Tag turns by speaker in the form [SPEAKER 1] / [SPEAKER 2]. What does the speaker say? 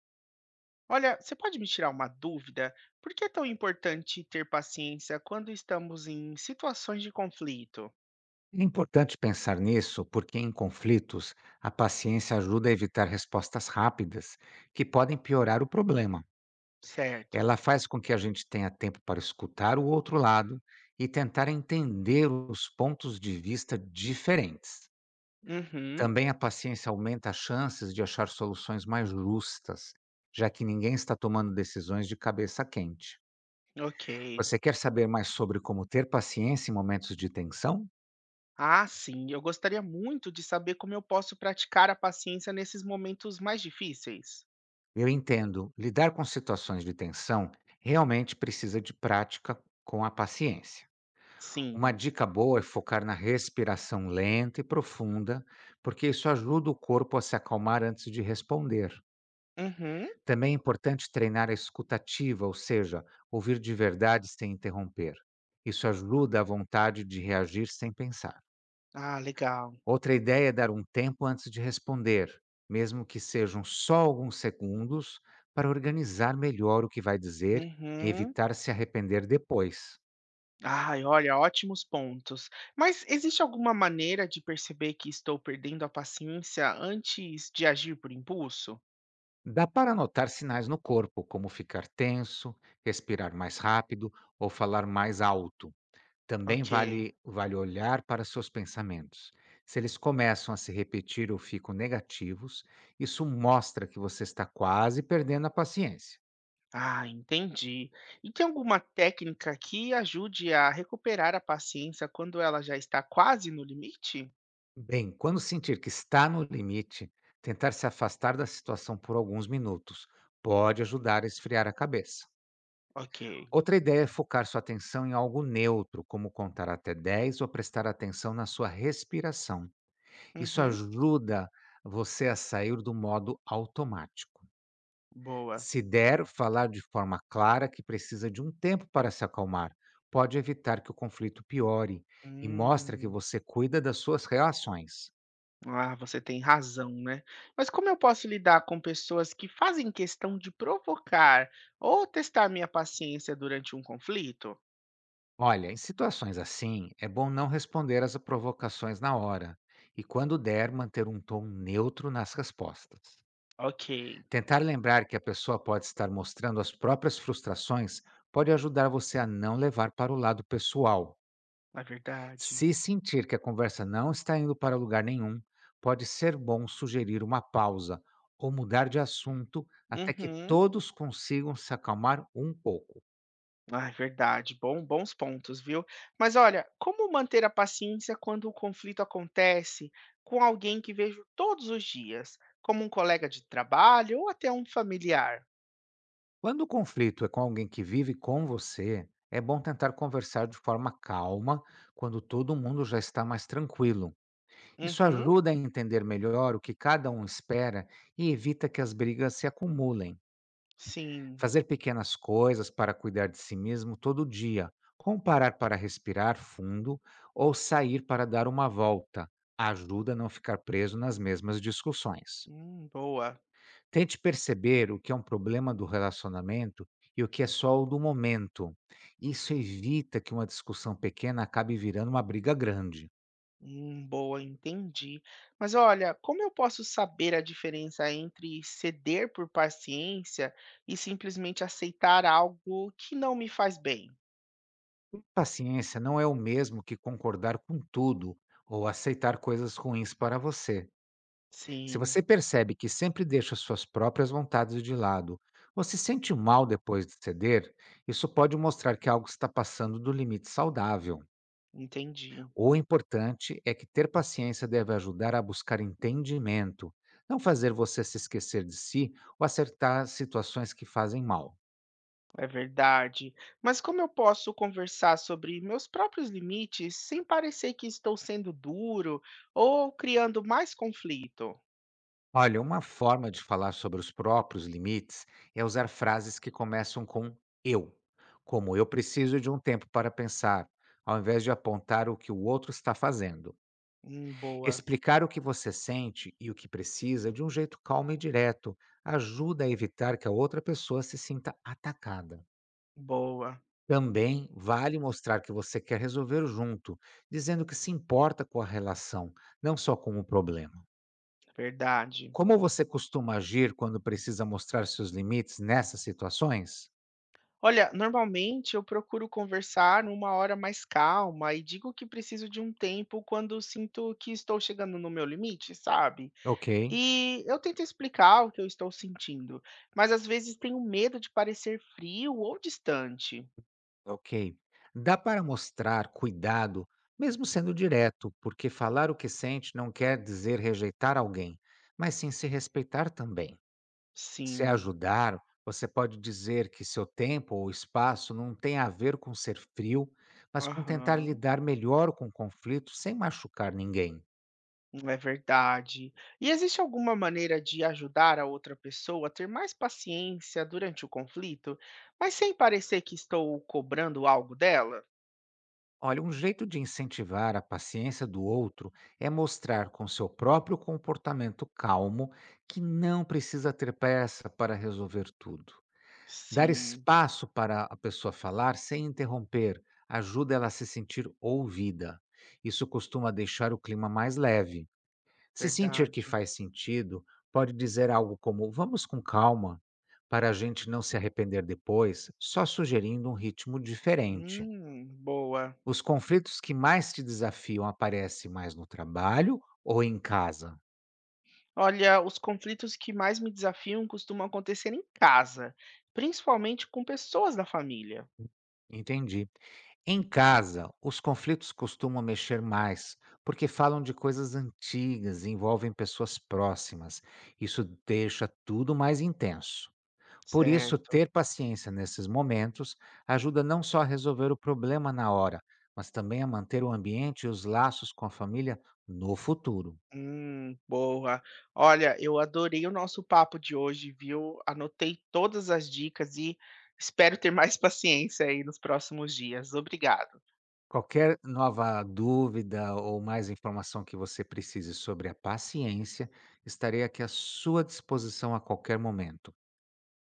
[SPEAKER 1] Olha, você pode me tirar uma dúvida? Por que é tão importante ter paciência quando estamos em situações de conflito?
[SPEAKER 2] É importante pensar nisso porque, em conflitos, a paciência ajuda a evitar respostas rápidas que podem piorar o problema.
[SPEAKER 1] Certo.
[SPEAKER 2] Ela faz com que a gente tenha tempo para escutar o outro lado e tentar entender os pontos de vista diferentes.
[SPEAKER 1] Uhum,
[SPEAKER 2] Também a paciência aumenta as chances de achar soluções mais justas, já que ninguém está tomando decisões de cabeça quente.
[SPEAKER 1] ok.
[SPEAKER 2] Você quer saber mais sobre como ter paciência em momentos de tensão?
[SPEAKER 1] Ah, sim, eu gostaria muito de saber como eu posso praticar a paciência nesses momentos mais difíceis.
[SPEAKER 2] Eu entendo. Lidar com situações de tensão realmente precisa de prática com a paciência. Uma
[SPEAKER 1] Sim.
[SPEAKER 2] dica boa é focar na respiração lenta e profunda, porque isso ajuda o corpo a se acalmar antes de responder.
[SPEAKER 1] Uhum.
[SPEAKER 2] Também é importante treinar a escutativa, ou seja, ouvir de verdade sem interromper. Isso ajuda a vontade de reagir sem pensar.
[SPEAKER 1] Ah, legal.
[SPEAKER 2] Outra ideia é dar um tempo antes de responder, mesmo que sejam só alguns segundos, para organizar melhor o que vai dizer e
[SPEAKER 1] Uhum.
[SPEAKER 2] evitar se arrepender depois.
[SPEAKER 1] Ai, olha, ótimos pontos. Mas existe alguma maneira de perceber que estou perdendo a paciência antes de agir por impulso?
[SPEAKER 2] Dá para notar sinais no corpo, como ficar tenso, respirar mais rápido ou falar mais alto. Também
[SPEAKER 1] Ok.
[SPEAKER 2] vale olhar para seus pensamentos. Se eles começam a se repetir ou ficam negativos, isso mostra que você está quase perdendo a paciência.
[SPEAKER 1] Ah, entendi. E tem alguma técnica que ajude a recuperar a paciência quando ela já está quase no limite?
[SPEAKER 2] Bem, quando sentir que está no limite, tentar se afastar da situação por alguns minutos pode ajudar a esfriar a cabeça.
[SPEAKER 1] Ok.
[SPEAKER 2] Outra ideia é focar sua atenção em algo neutro, como contar até 10 ou prestar atenção na sua respiração. Isso
[SPEAKER 1] Uhum.
[SPEAKER 2] ajuda você a sair do modo automático.
[SPEAKER 1] Boa.
[SPEAKER 2] Se der, falar de forma clara que precisa de um tempo para se acalmar pode evitar que o conflito piore e mostra que
[SPEAKER 1] Hum.
[SPEAKER 2] você cuida das suas relações.
[SPEAKER 1] Ah, você tem razão, né? Mas como eu posso lidar com pessoas que fazem questão de provocar ou testar minha paciência durante um conflito?
[SPEAKER 2] Olha, em situações assim, é bom não responder às provocações na hora e, quando der, manter um tom neutro nas respostas.
[SPEAKER 1] Ok,
[SPEAKER 2] Tentar lembrar que a pessoa pode estar mostrando as próprias frustrações pode ajudar você a não levar para o lado pessoal.
[SPEAKER 1] é verdade.
[SPEAKER 2] Se sentir que a conversa não está indo para lugar nenhum, pode ser bom sugerir uma pausa ou mudar de assunto até que
[SPEAKER 1] Uhum.
[SPEAKER 2] todos consigam se acalmar um pouco.
[SPEAKER 1] Ah, é verdade. Bom, bons pontos, viu? Mas olha, como manter a paciência quando o conflito acontece com alguém que vejo todos os dias, como um colega de trabalho ou até um familiar?
[SPEAKER 2] Quando o conflito é com alguém que vive com você, é bom tentar conversar de forma calma, quando todo mundo já está mais tranquilo. Isso
[SPEAKER 1] Uhum,
[SPEAKER 2] ajuda a entender melhor o que cada um espera e evita que as brigas se acumulem.
[SPEAKER 1] sim.
[SPEAKER 2] Fazer pequenas coisas para cuidar de si mesmo todo dia, como parar para respirar fundo ou sair para dar uma volta, ajuda a não ficar preso nas mesmas discussões.
[SPEAKER 1] Boa.
[SPEAKER 2] Tente perceber o que é um problema do relacionamento e o que é só o do momento. Isso evita que uma discussão pequena acabe virando uma briga grande.
[SPEAKER 1] Boa, entendi. Mas olha, como eu posso saber a diferença entre ceder por paciência e simplesmente aceitar algo que não me faz bem?
[SPEAKER 2] Paciência não é o mesmo que concordar com tudo ou aceitar coisas ruins para você. Se
[SPEAKER 1] Sim,
[SPEAKER 2] você percebe que sempre deixa suas próprias vontades de lado ou se sente mal depois de ceder, isso pode mostrar que algo está passando do limite saudável.
[SPEAKER 1] entendi.
[SPEAKER 2] O importante é que ter paciência deve ajudar a buscar entendimento, não fazer você se esquecer de si ou acertar situações que fazem mal.
[SPEAKER 1] É verdade. Mas como eu posso conversar sobre meus próprios limites sem parecer que estou sendo duro ou criando mais conflito?
[SPEAKER 2] Olha, uma forma de falar sobre os próprios limites é usar frases que começam com eu, como eu preciso de um tempo para pensar, ao invés de apontar o que o outro está fazendo.
[SPEAKER 1] Boa,
[SPEAKER 2] Explicar o que você sente e o que precisa de um jeito calmo e direto ajuda a evitar que a outra pessoa se sinta atacada.
[SPEAKER 1] boa,
[SPEAKER 2] Também vale mostrar que você quer resolver junto, dizendo que se importa com a relação, não só com o problema.
[SPEAKER 1] verdade.
[SPEAKER 2] Como você costuma agir quando precisa mostrar seus limites nessas situações?
[SPEAKER 1] Olha, normalmente eu procuro conversar numa hora mais calma e digo que preciso de um tempo quando sinto que estou chegando no meu limite, sabe?
[SPEAKER 2] Ok,
[SPEAKER 1] E eu tento explicar o que eu estou sentindo, mas às vezes tenho medo de parecer frio ou distante.
[SPEAKER 2] ok. Dá para mostrar cuidado, mesmo sendo direto, porque falar o que sente não quer dizer rejeitar alguém, mas sim se respeitar também. Se
[SPEAKER 1] Sim.
[SPEAKER 2] ajudar, você pode dizer que seu tempo ou espaço não tem a ver com ser frio, mas com tentar
[SPEAKER 1] Aham,
[SPEAKER 2] lidar melhor com conflitos sem machucar ninguém.
[SPEAKER 1] não é verdade. E existe alguma maneira de ajudar a outra pessoa a ter mais paciência durante o conflito, mas sem parecer que estou cobrando algo dela?
[SPEAKER 2] Olha, um jeito de incentivar a paciência do outro é mostrar com seu próprio comportamento calmo que não precisa ter pressa para resolver tudo. Dar
[SPEAKER 1] Sim,
[SPEAKER 2] espaço para a pessoa falar sem interromper ajuda ela a se sentir ouvida. Isso costuma deixar o clima mais leve. Se sentir que
[SPEAKER 1] verdade.
[SPEAKER 2] faz sentido, pode dizer algo como: vamos com calma, para a gente não se arrepender depois, só sugerindo um ritmo diferente.
[SPEAKER 1] Boa.
[SPEAKER 2] Os conflitos que mais te desafiam aparecem mais no trabalho ou em casa?
[SPEAKER 1] Olha, os conflitos que mais me desafiam costumam acontecer em casa, principalmente com pessoas da família.
[SPEAKER 2] Entendi. Em casa, os conflitos costumam mexer mais, porque falam de coisas antigas, e envolvem pessoas próximas. Isso deixa tudo mais intenso. Por isso,
[SPEAKER 1] Certo.
[SPEAKER 2] ter paciência nesses momentos ajuda não só a resolver o problema na hora, mas também a manter o ambiente e os laços com a família no futuro.
[SPEAKER 1] Boa. Olha, eu adorei o nosso papo de hoje, viu? Anotei todas as dicas e espero ter mais paciência aí nos próximos dias. Obrigado.
[SPEAKER 2] Qualquer nova dúvida ou mais informação que você precise sobre a paciência, estarei aqui à sua disposição a qualquer momento.